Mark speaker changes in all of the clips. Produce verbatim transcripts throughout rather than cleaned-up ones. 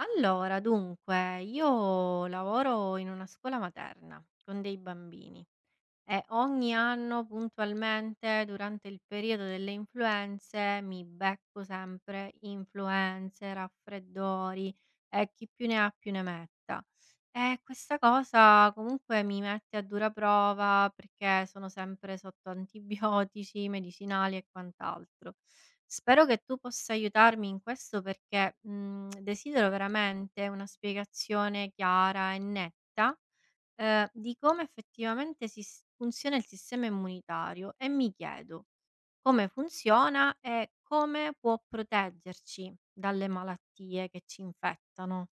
Speaker 1: Allora, dunque, io lavoro in una scuola materna con dei bambini e ogni anno puntualmente durante il periodo delle influenze mi becco sempre influenze, raffreddori e chi più ne ha più ne metta. E questa cosa comunque mi mette a dura prova perché sono sempre sotto antibiotici, medicinali e quant'altro. Spero che tu possa aiutarmi in questo perché mm, desidero veramente una spiegazione chiara e netta ehm, di come effettivamente sis funziona il sistema immunitario e mi chiedo: come funziona e come può proteggerci dalle malattie che ci infettano?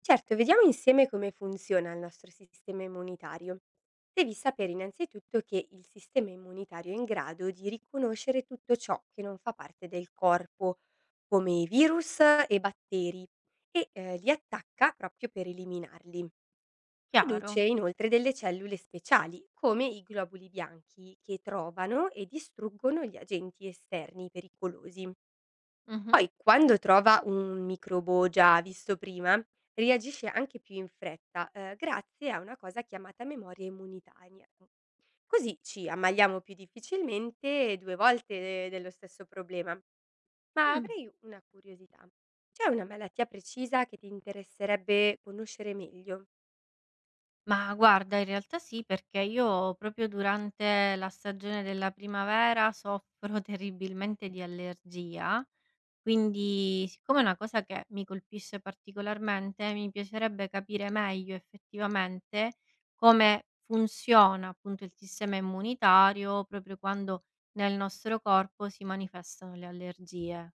Speaker 2: Certo, vediamo insieme come funziona il nostro sistema immunitario. Devi sapere innanzitutto che il sistema immunitario è in grado di riconoscere tutto ciò che non fa parte del corpo, come i virus e batteri, e eh, li attacca proprio per eliminarli. Produce
Speaker 1: Chiaro?
Speaker 2: inoltre delle cellule speciali, come i globuli bianchi, che trovano e distruggono gli agenti esterni pericolosi.
Speaker 1: Mh-mh.
Speaker 2: Poi quando trova un microbo già visto prima, reagisce anche più in fretta, ehm, grazie a una cosa chiamata memoria immunitaria. Così ci ammaliamo più difficilmente due volte eh, dello stesso problema. Ma
Speaker 1: Mh.
Speaker 2: avrei una curiosità: c'è una malattia precisa che ti interesserebbe conoscere meglio?
Speaker 1: Ma guarda, in realtà sì, perché io proprio durante la stagione della primavera soffro terribilmente di allergia, quindi siccome è una cosa che mi colpisce particolarmente, mi piacerebbe capire meglio effettivamente come funziona appunto il sistema immunitario proprio quando nel nostro corpo si manifestano le allergie.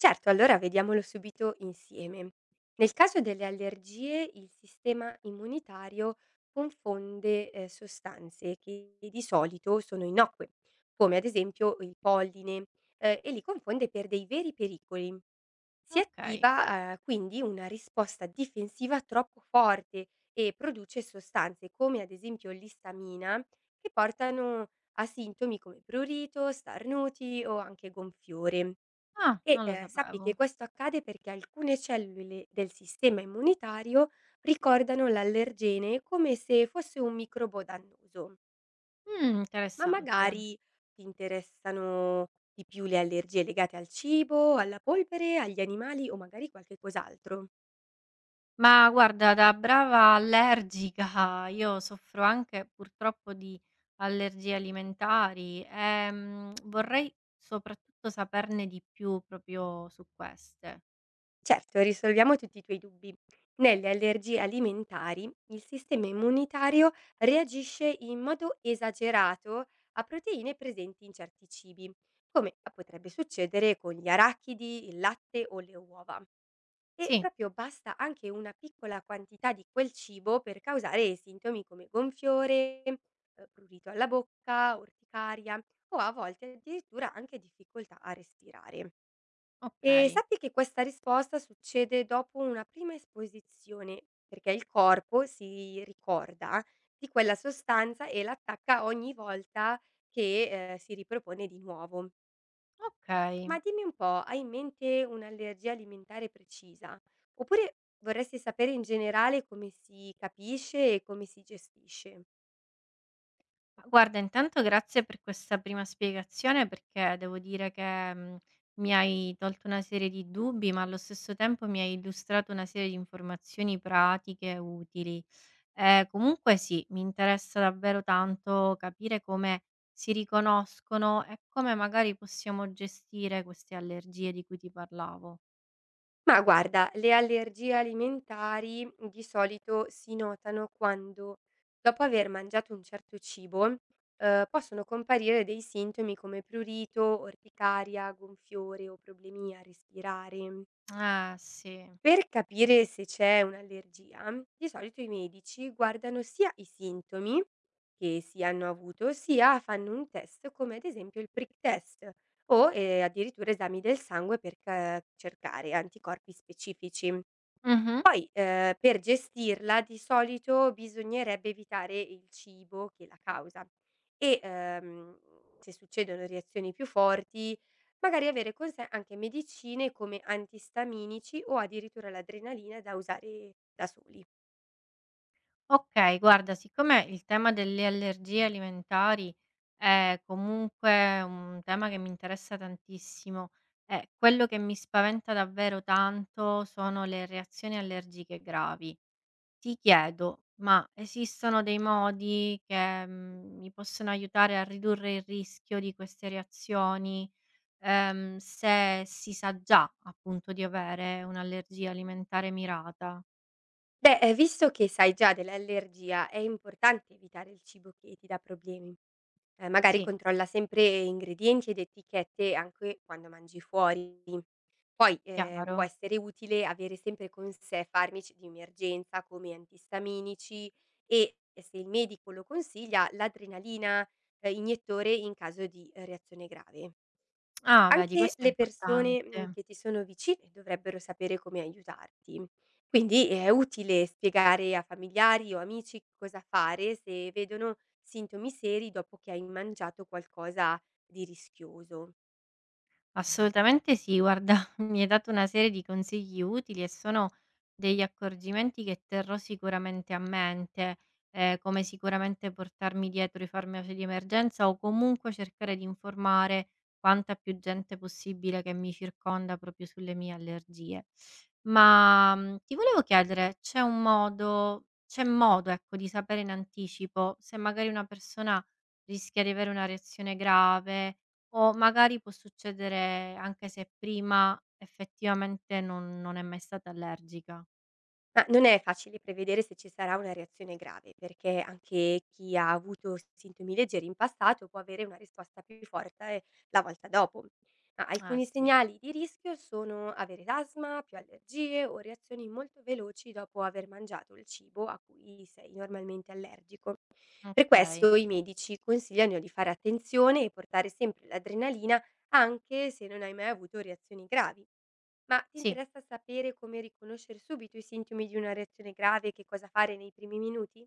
Speaker 2: Certo, allora vediamolo subito insieme. Nel caso delle allergie, il sistema immunitario confonde eh, sostanze che di solito sono innocue, come ad esempio il polline, eh, e li confonde per dei veri pericoli. Si
Speaker 1: Okay.
Speaker 2: attiva eh, quindi una risposta difensiva troppo forte e produce sostanze come ad esempio l'istamina che portano a sintomi come prurito, starnuti o anche gonfiore.
Speaker 1: Ah,
Speaker 2: E,
Speaker 1: non lo
Speaker 2: ehm, sappi che
Speaker 1: sapevo.
Speaker 2: questo accade perché alcune cellule del sistema immunitario ricordano l'allergene come se fosse un microbo dannoso,
Speaker 1: Mh,
Speaker 2: ma
Speaker 1: interessante.
Speaker 2: magari ti interessano di più le allergie legate al cibo, alla polvere, agli animali o magari qualche cos'altro.
Speaker 1: Ma guarda, da brava allergica io soffro anche purtroppo di allergie alimentari e, mhmm, vorrei soprattutto saperne di più proprio su queste.
Speaker 2: Certo, risolviamo tutti i tuoi dubbi. Nelle allergie alimentari il sistema immunitario reagisce in modo esagerato a proteine presenti in certi cibi, come potrebbe succedere con gli arachidi, il latte o le uova. E
Speaker 1: Sì,
Speaker 2: proprio basta anche una piccola quantità di quel cibo per causare sintomi come gonfiore, eh, prurito alla bocca, orticaria o a volte addirittura anche difficoltà a respirare. E
Speaker 1: okay,
Speaker 2: sappi che questa risposta succede dopo una prima esposizione, perché il corpo si ricorda di quella sostanza e l'attacca ogni volta che eh, si ripropone di nuovo.
Speaker 1: okay.
Speaker 2: Ma dimmi un po', hai in mente un'allergia alimentare precisa? Oppure vorresti sapere in generale come si capisce e come si gestisce?
Speaker 1: Ma guarda, intanto grazie per questa prima spiegazione perché devo dire che, mhmm, mi hai tolto una serie di dubbi, ma allo stesso tempo mi hai illustrato una serie di informazioni pratiche e utili. Ehm, comunque sì, mi interessa davvero tanto capire come si riconoscono e come magari possiamo gestire queste allergie di cui ti parlavo.
Speaker 2: Ma guarda, le allergie alimentari di solito si notano quando, dopo aver mangiato un certo cibo, ehm, possono comparire dei sintomi come prurito, orticaria, gonfiore o problemi a respirare.
Speaker 1: Eh sì.
Speaker 2: Per capire se c'è un'allergia, mm, di solito i medici guardano sia i sintomi che si hanno avuto, sia fanno un test come ad esempio il prick test o eh, addirittura esami del sangue per ca- cercare anticorpi specifici.
Speaker 1: Mh-mh.
Speaker 2: Poi, ehm, per gestirla di solito bisognerebbe evitare il cibo che la causa e, ehm, se succedono reazioni più forti, magari avere con sé anche medicine come antistaminici o addirittura l'adrenalina da usare da soli.
Speaker 1: Okay, guarda, siccome il tema delle allergie alimentari è comunque un tema che mi interessa tantissimo e quello che mi spaventa davvero tanto sono le reazioni allergiche gravi. Ti chiedo, ma esistono dei modi che, mhmm, mi possono aiutare a ridurre il rischio di queste reazioni, ehm, se si sa già appunto di avere un'allergia alimentare mirata?
Speaker 2: Beh, ehm, visto che sai già dell'allergia, è importante evitare il cibo che ti dà problemi. Ehm, magari
Speaker 1: Sì,
Speaker 2: controlla sempre ingredienti ed etichette anche quando mangi fuori. Poi, ehm, può
Speaker 1: chiaro.
Speaker 2: essere utile avere sempre con sé farmici di emergenza come antistaminici e, eh, se il medico lo consiglia, l'adrenalina, ehm, iniettore in caso di, ehm, reazione grave.
Speaker 1: Ah, vedi
Speaker 2: Anche
Speaker 1: questo è
Speaker 2: le persone, mhmm,
Speaker 1: importante.
Speaker 2: che ti sono vicine dovrebbero sapere come aiutarti. Quindi è utile spiegare a familiari o amici cosa fare se vedono sintomi seri dopo che hai mangiato qualcosa di rischioso.
Speaker 1: Assolutamente sì, guarda, mi hai dato una serie di consigli utili e sono degli accorgimenti che terrò sicuramente a mente, eh, come sicuramente portarmi dietro i farmaci di emergenza o comunque cercare di informare quanta più gente possibile che mi circonda proprio sulle mie allergie. Ma mm, ti volevo chiedere, c'è un modo, c'è modo, ecco, di sapere in anticipo se magari una persona rischia di avere una reazione grave? O magari può succedere anche se prima effettivamente non non è mai stata allergica.
Speaker 2: Ma non è facile prevedere se ci sarà una reazione grave, perché anche chi ha avuto sintomi leggeri in passato può avere una risposta più forte eh, la volta dopo. Ma
Speaker 1: Ah,
Speaker 2: alcuni
Speaker 1: sì.
Speaker 2: segnali di rischio sono avere asma, più allergie o reazioni molto veloci dopo aver mangiato il cibo a cui sei normalmente allergico. Per
Speaker 1: Okay.
Speaker 2: questo i medici consigliano di fare attenzione e portare sempre l'adrenalina anche se non hai mai avuto reazioni gravi. Ma ti
Speaker 1: Sì,
Speaker 2: interessa sapere come riconoscere subito i sintomi di una reazione grave e che cosa fare nei primi minuti?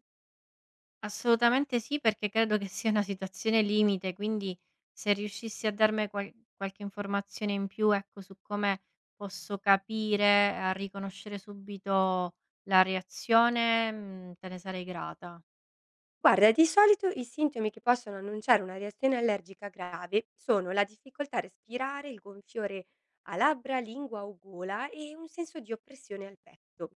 Speaker 1: assolutamente sì, perché credo che sia una situazione limite, quindi se riuscissi a darmi qual qualche informazione in più, ecco, su come posso capire, a riconoscere subito la reazione, mhmm, te ne sarei grata.
Speaker 2: Guarda, di solito i sintomi che possono annunciare una reazione allergica grave sono la difficoltà a respirare, il gonfiore a labbra, lingua o gola e un senso di oppressione al petto.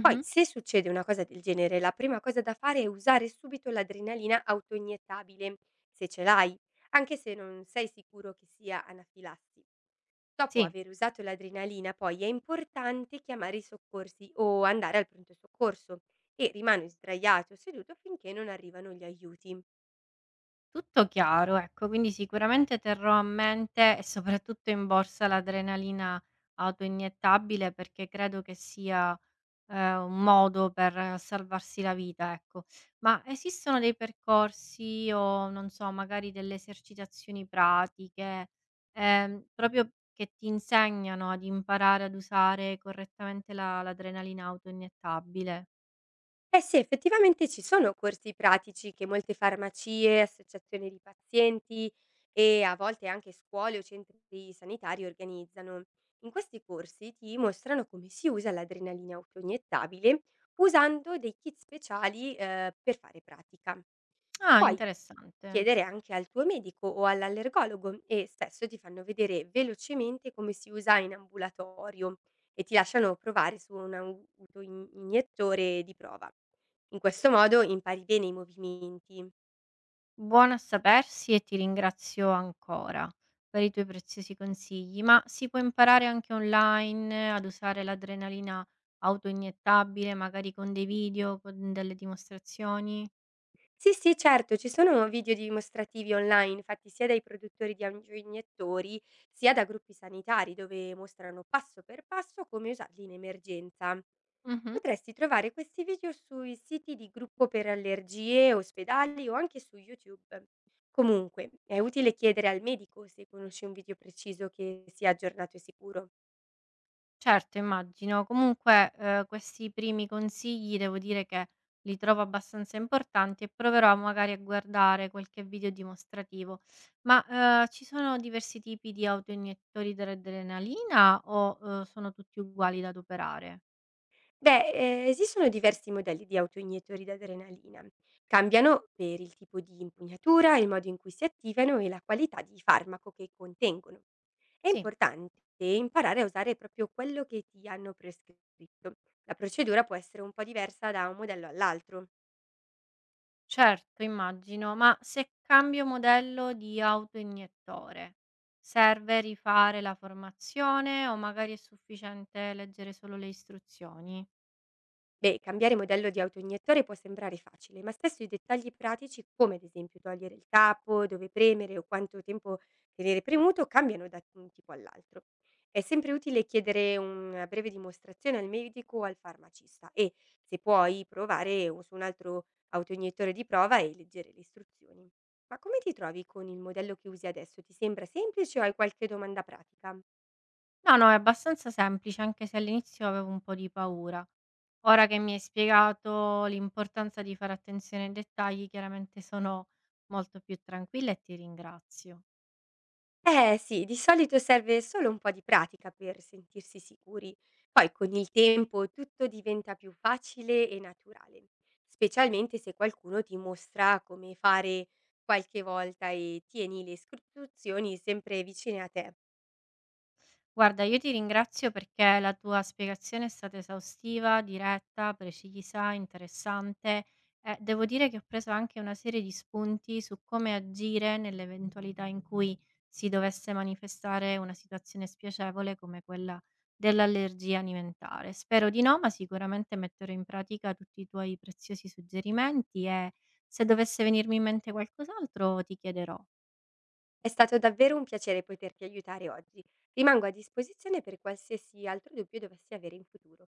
Speaker 2: Poi, se succede una cosa del genere, la prima cosa da fare è usare subito l'adrenalina autoiniettabile, se ce l'hai, anche se non sei sicuro che sia anafilassi. Dopo
Speaker 1: Sì.
Speaker 2: aver usato l'adrenalina poi è importante chiamare i soccorsi o andare al pronto soccorso e rimani sdraiato o seduto finché non arrivano gli aiuti.
Speaker 1: Tutto chiaro, ecco, quindi sicuramente terrò a mente e soprattutto in borsa l'adrenalina autoiniettabile perché credo che sia eh, un modo per salvarsi la vita, ecco. Ma esistono dei percorsi o non so, magari delle esercitazioni pratiche, ehm, proprio che ti insegnano ad imparare ad usare correttamente la- l'adrenalina autoiniettabile?
Speaker 2: Eh sì, effettivamente ci sono corsi pratici che molte farmacie, associazioni di pazienti e a volte anche scuole o centri sanitari organizzano. In questi corsi ti mostrano come si usa l'adrenalina autoiniettabile usando dei kit speciali eh, per fare pratica.
Speaker 1: Ah,
Speaker 2: Poi
Speaker 1: interessante.
Speaker 2: chiedere anche al tuo medico o all'allergologo e spesso ti fanno vedere velocemente come si usa in ambulatorio e ti lasciano provare su un au- autoiniettore di prova. In questo modo impari bene i movimenti.
Speaker 1: Buono a sapersi e ti ringrazio ancora per i tuoi preziosi consigli, ma si può imparare anche online ad usare l'adrenalina autoiniettabile, magari con dei video, con delle dimostrazioni?
Speaker 2: Sì, sì, certo, ci sono video dimostrativi online fatti sia dai produttori di autoiniettori sia da gruppi sanitari dove mostrano passo per passo come usarli in emergenza.
Speaker 1: Mh-mh.
Speaker 2: Potresti trovare questi video sui siti di gruppo per allergie, ospedali o anche su YouTube. Comunque, è utile chiedere al medico se conosci un video preciso che sia aggiornato e sicuro.
Speaker 1: Certo, immagino. Comunque, ehm, questi primi consigli devo dire che li trovo abbastanza importanti e proverò magari a guardare qualche video dimostrativo. Ma, ehm, ci sono diversi tipi di autoiniettori dell'adrenalina o, uhm, sono tutti uguali da adoperare?
Speaker 2: Beh, eh, esistono diversi modelli di autoiniettori d'adrenalina. Cambiano per il tipo di impugnatura, il modo in cui si attivano e la qualità di farmaco che contengono. È
Speaker 1: Sì,
Speaker 2: importante imparare a usare proprio quello che ti hanno prescritto. La procedura può essere un po' diversa da un modello all'altro.
Speaker 1: certo, immagino. Ma se cambio modello di autoiniettore, serve rifare la formazione o magari è sufficiente leggere solo le istruzioni?
Speaker 2: Beh, cambiare modello di autoiniettore può sembrare facile, ma spesso i dettagli pratici, come ad esempio togliere il tappo, dove premere o quanto tempo tenere premuto, cambiano da un tipo all'altro. È sempre utile chiedere una breve dimostrazione al medico o al farmacista e, se puoi, provare o su un altro autoiniettore di prova e leggere le istruzioni. Ma come ti trovi con il modello che usi adesso? Ti sembra semplice o hai qualche domanda pratica?
Speaker 1: No, no, è abbastanza semplice, anche se all'inizio avevo un po' di paura. Ora che mi hai spiegato l'importanza di fare attenzione ai dettagli, chiaramente sono molto più tranquilla e ti ringrazio.
Speaker 2: Eh sì, di solito serve solo un po' di pratica per sentirsi sicuri. Poi con il tempo tutto diventa più facile e naturale, specialmente se qualcuno ti mostra come fare qualche volta e tieni le istruzioni sempre vicine a te.
Speaker 1: Guarda, io ti ringrazio perché la tua spiegazione è stata esaustiva, diretta, precisa, interessante. Eh, devo dire che ho preso anche una serie di spunti su come agire nell'eventualità in cui si dovesse manifestare una situazione spiacevole come quella dell'allergia alimentare. Spero di no, ma sicuramente metterò in pratica tutti i tuoi preziosi suggerimenti e se dovesse venirmi in mente qualcos'altro ti chiederò.
Speaker 2: È stato davvero un piacere poterti aiutare oggi. Rimango a disposizione per qualsiasi altro dubbio dovessi avere in futuro.